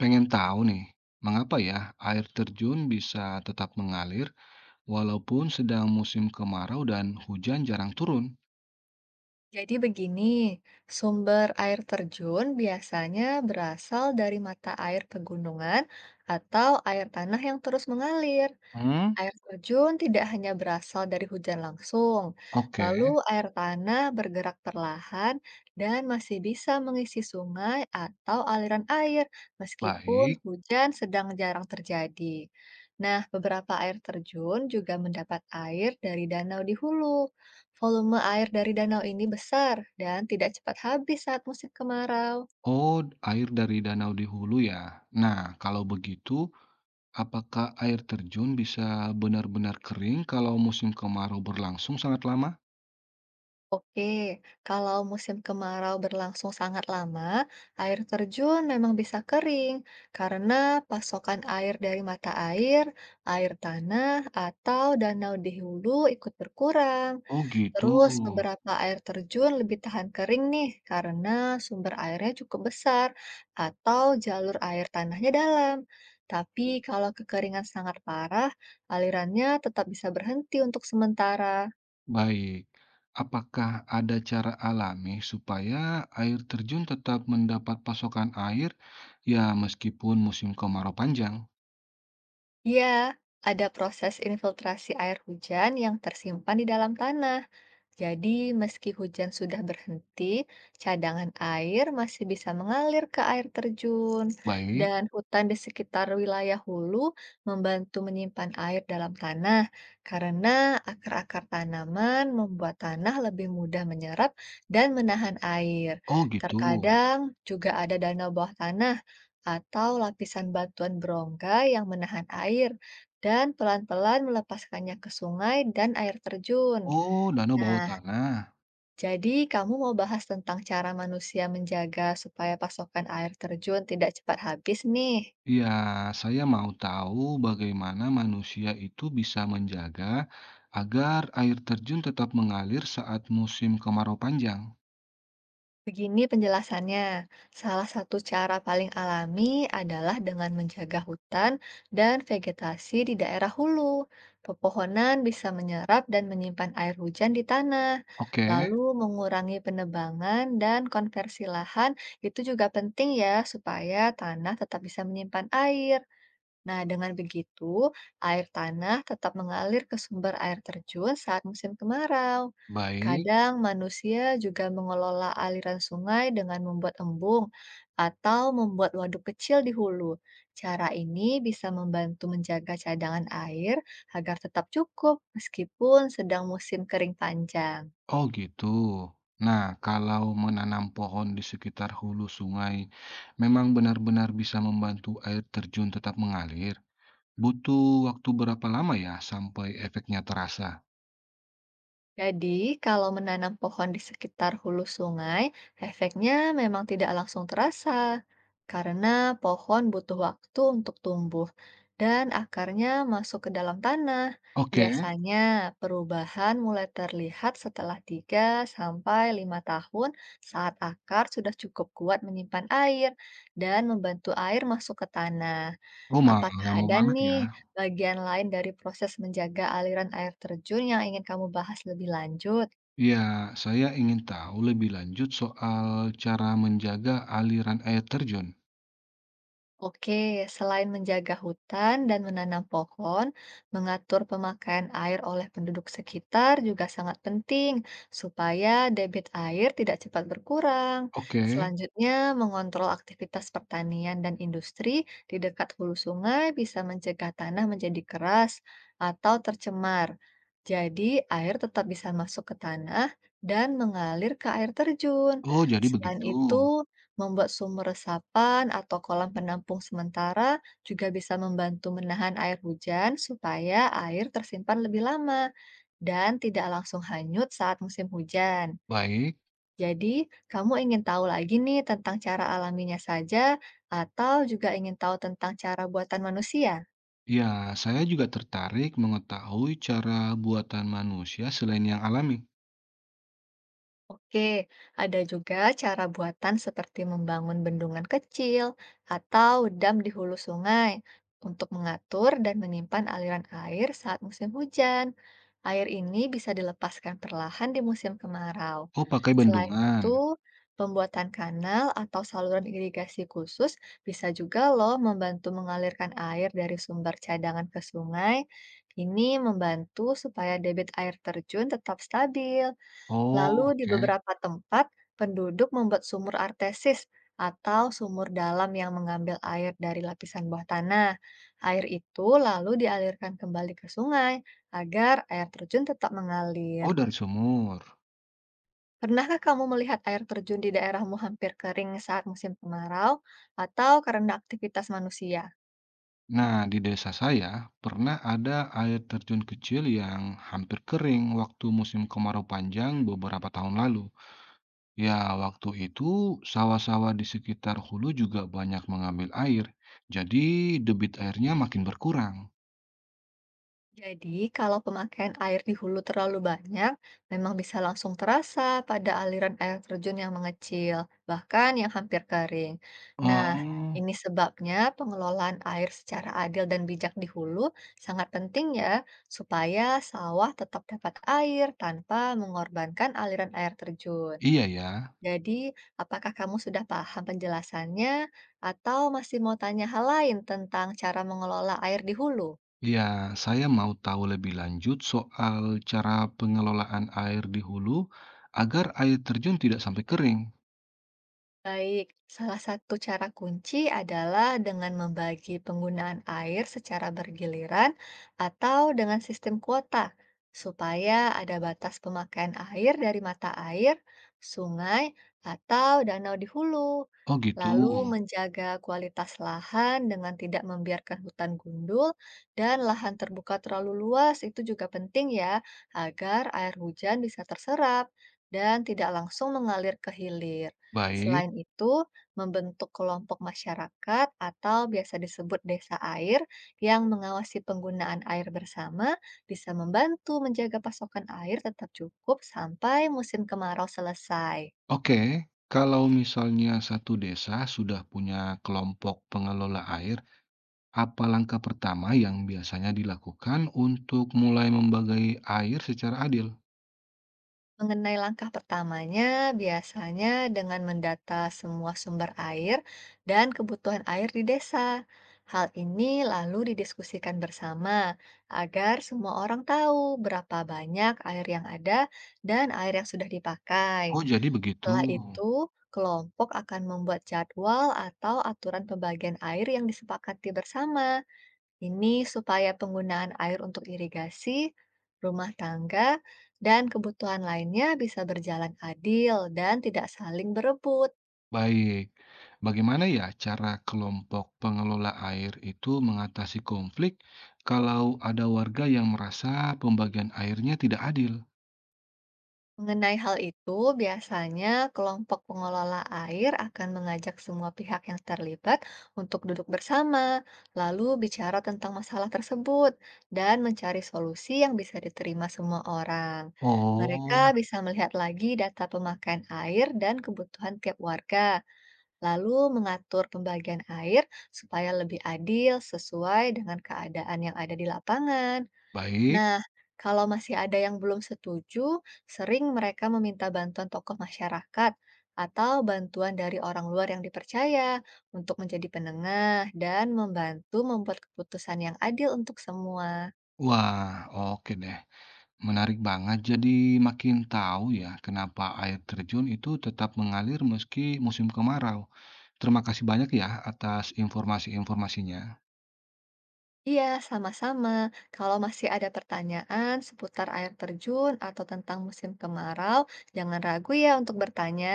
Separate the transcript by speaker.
Speaker 1: Pengen tahu nih, mengapa ya air terjun bisa tetap mengalir walaupun sedang musim kemarau dan hujan jarang turun?
Speaker 2: Jadi begini, sumber air terjun biasanya berasal dari mata air pegunungan atau air tanah yang terus mengalir.
Speaker 1: Hmm,
Speaker 2: Air terjun tidak hanya berasal dari hujan langsung, lalu
Speaker 1: oke,
Speaker 2: air tanah bergerak perlahan dan masih bisa mengisi sungai atau aliran air meskipun
Speaker 1: baik.
Speaker 2: hujan sedang jarang terjadi. Nah, beberapa air terjun juga mendapat air dari danau di hulu. Volume air dari danau ini besar dan tidak cepat habis saat musim kemarau.
Speaker 1: Oh, air dari danau di hulu ya. Nah, kalau begitu, apakah air terjun bisa benar-benar kering kalau musim kemarau berlangsung sangat lama?
Speaker 2: Oke, kalau musim kemarau berlangsung sangat lama, air terjun memang bisa kering karena pasokan air dari mata air, air tanah, atau danau di hulu ikut berkurang.
Speaker 1: Oh, gitu.
Speaker 2: Terus beberapa air terjun lebih tahan kering nih karena sumber airnya cukup besar atau jalur air tanahnya dalam. Tapi kalau kekeringan sangat parah, alirannya tetap bisa berhenti untuk sementara.
Speaker 1: Baik, apakah ada cara alami supaya air terjun tetap mendapat pasokan air, ya meskipun musim kemarau panjang?
Speaker 2: Iya, ada proses infiltrasi air hujan yang tersimpan di dalam tanah. Jadi, meski hujan sudah berhenti, cadangan air masih bisa mengalir ke air terjun,
Speaker 1: Baik,
Speaker 2: dan hutan di sekitar wilayah hulu membantu menyimpan air dalam tanah karena akar-akar tanaman membuat tanah lebih mudah menyerap dan menahan air.
Speaker 1: oh gitu.
Speaker 2: Terkadang juga ada danau bawah tanah atau lapisan batuan berongga yang menahan air. Dan pelan-pelan melepaskannya ke sungai dan air terjun.
Speaker 1: Oh, danau bawah
Speaker 2: Nah,
Speaker 1: tanah.
Speaker 2: jadi kamu mau bahas tentang cara manusia menjaga supaya pasokan air terjun tidak cepat habis nih.
Speaker 1: Ya, saya mau tahu bagaimana manusia itu bisa menjaga agar air terjun tetap mengalir saat musim kemarau panjang.
Speaker 2: Begini penjelasannya, salah satu cara paling alami adalah dengan menjaga hutan dan vegetasi di daerah hulu. Pepohonan bisa menyerap dan menyimpan air hujan di tanah,
Speaker 1: Oke,
Speaker 2: lalu mengurangi penebangan dan konversi lahan itu juga penting ya supaya tanah tetap bisa menyimpan air. Nah, dengan begitu, air tanah tetap mengalir ke sumber air terjun saat musim kemarau.
Speaker 1: baik.
Speaker 2: Kadang manusia juga mengelola aliran sungai dengan membuat embung atau membuat waduk kecil di hulu. Cara ini bisa membantu menjaga cadangan air agar tetap cukup meskipun sedang musim kering panjang.
Speaker 1: Oh gitu. Nah, kalau menanam pohon di sekitar hulu sungai memang benar-benar bisa membantu air terjun tetap mengalir. Butuh waktu berapa lama ya sampai efeknya terasa?
Speaker 2: Jadi, kalau menanam pohon di sekitar hulu sungai, efeknya memang tidak langsung terasa karena pohon butuh waktu untuk tumbuh dan akarnya masuk ke dalam tanah.
Speaker 1: Oke.
Speaker 2: Biasanya, perubahan mulai terlihat setelah 3 sampai 5 tahun saat akar sudah cukup kuat menyimpan air dan membantu air masuk ke tanah.
Speaker 1: Oh, mah
Speaker 2: Apakah
Speaker 1: lama
Speaker 2: ada
Speaker 1: banget
Speaker 2: nih
Speaker 1: ya.
Speaker 2: bagian lain dari proses menjaga aliran air terjun yang ingin kamu bahas lebih lanjut?
Speaker 1: Ya, saya ingin tahu lebih lanjut soal cara menjaga aliran air terjun.
Speaker 2: Oke, selain menjaga hutan dan menanam pohon, mengatur pemakaian air oleh penduduk sekitar juga sangat penting supaya debit air tidak cepat berkurang.
Speaker 1: Oke.
Speaker 2: Selanjutnya, mengontrol aktivitas pertanian dan industri di dekat hulu sungai bisa mencegah tanah menjadi keras atau tercemar. Jadi, air tetap bisa masuk ke tanah dan mengalir ke air terjun.
Speaker 1: Oh, jadi
Speaker 2: Selain
Speaker 1: begitu.
Speaker 2: itu, membuat sumur resapan atau kolam penampung sementara juga bisa membantu menahan air hujan supaya air tersimpan lebih lama dan tidak langsung hanyut saat musim hujan.
Speaker 1: Baik.
Speaker 2: Jadi, kamu ingin tahu lagi nih tentang cara alaminya saja atau juga ingin tahu tentang cara buatan manusia?
Speaker 1: Ya, saya juga tertarik mengetahui cara buatan manusia selain yang alami.
Speaker 2: Oke, ada juga cara buatan seperti membangun bendungan kecil atau dam di hulu sungai untuk mengatur dan menyimpan aliran air saat musim hujan. Air ini bisa dilepaskan perlahan di musim kemarau.
Speaker 1: Oh, pakai
Speaker 2: Selain
Speaker 1: bendungan?
Speaker 2: itu, pembuatan kanal atau saluran irigasi khusus bisa juga loh membantu mengalirkan air dari sumber cadangan ke sungai. Ini membantu supaya debit air terjun tetap stabil. Lalu
Speaker 1: Oh,
Speaker 2: di
Speaker 1: oke.
Speaker 2: beberapa tempat, penduduk membuat sumur artesis atau sumur dalam yang mengambil air dari lapisan bawah tanah. Air itu lalu dialirkan kembali ke sungai agar air terjun tetap mengalir.
Speaker 1: Oh, dari sumur.
Speaker 2: Pernahkah kamu melihat air terjun di daerahmu hampir kering saat musim kemarau atau karena aktivitas manusia?
Speaker 1: Nah, di desa saya pernah ada air terjun kecil yang hampir kering waktu musim kemarau panjang beberapa tahun lalu. Ya, waktu itu sawah-sawah di sekitar hulu juga banyak mengambil air, jadi debit airnya makin berkurang.
Speaker 2: Jadi, kalau pemakaian air di hulu terlalu banyak, memang bisa langsung terasa pada aliran air terjun yang mengecil, bahkan yang hampir kering. Nah,
Speaker 1: Oh,
Speaker 2: ini sebabnya pengelolaan air secara adil dan bijak di hulu sangat penting ya, supaya sawah tetap dapat air tanpa mengorbankan aliran air terjun.
Speaker 1: iya ya.
Speaker 2: Jadi, apakah kamu sudah paham penjelasannya, atau masih mau tanya hal lain tentang cara mengelola air di hulu?
Speaker 1: Iya, saya mau tahu lebih lanjut soal cara pengelolaan air di hulu agar air terjun tidak sampai kering.
Speaker 2: Baik, salah satu cara kunci adalah dengan membagi penggunaan air secara bergiliran atau dengan sistem kuota, supaya ada batas pemakaian air dari mata air, sungai, atau danau di hulu.
Speaker 1: Oh gitu,
Speaker 2: Lalu menjaga kualitas lahan dengan tidak membiarkan hutan gundul dan lahan terbuka terlalu luas itu juga penting ya, agar air hujan bisa terserap dan tidak langsung mengalir ke hilir.
Speaker 1: baik.
Speaker 2: Selain itu, membentuk kelompok masyarakat atau biasa disebut desa air yang mengawasi penggunaan air bersama bisa membantu menjaga pasokan air tetap cukup sampai musim kemarau selesai.
Speaker 1: Oke, kalau misalnya satu desa sudah punya kelompok pengelola air, apa langkah pertama yang biasanya dilakukan untuk mulai membagi air secara adil?
Speaker 2: Mengenai langkah pertamanya, biasanya dengan mendata semua sumber air dan kebutuhan air di desa. Hal ini lalu didiskusikan bersama agar semua orang tahu berapa banyak air yang ada dan air yang sudah dipakai.
Speaker 1: Oh, jadi begitu.
Speaker 2: Setelah itu, kelompok akan membuat jadwal atau aturan pembagian air yang disepakati bersama. Ini supaya penggunaan air untuk irigasi, rumah tangga, dan kebutuhan lainnya bisa berjalan adil dan tidak saling berebut.
Speaker 1: Baik. Bagaimana ya cara kelompok pengelola air itu mengatasi konflik kalau ada warga yang merasa pembagian airnya tidak adil?
Speaker 2: Mengenai hal itu, biasanya kelompok pengelola air akan mengajak semua pihak yang terlibat untuk duduk bersama, lalu bicara tentang masalah tersebut, dan mencari solusi yang bisa diterima semua orang. Mereka
Speaker 1: Oh,
Speaker 2: bisa melihat lagi data pemakaian air dan kebutuhan tiap warga lalu mengatur pembagian air supaya lebih adil sesuai dengan keadaan yang ada di lapangan.
Speaker 1: baik.
Speaker 2: Nah, kalau masih ada yang belum setuju, sering mereka meminta bantuan tokoh masyarakat atau bantuan dari orang luar yang dipercaya untuk menjadi penengah dan membantu membuat keputusan yang adil untuk semua.
Speaker 1: Wah, oke deh. Menarik banget, jadi makin tahu ya kenapa air terjun itu tetap mengalir meski musim kemarau. Terima kasih banyak ya atas informasi-informasinya.
Speaker 2: Iya, sama-sama. Kalau masih ada pertanyaan seputar air terjun atau tentang musim kemarau, jangan ragu ya untuk bertanya.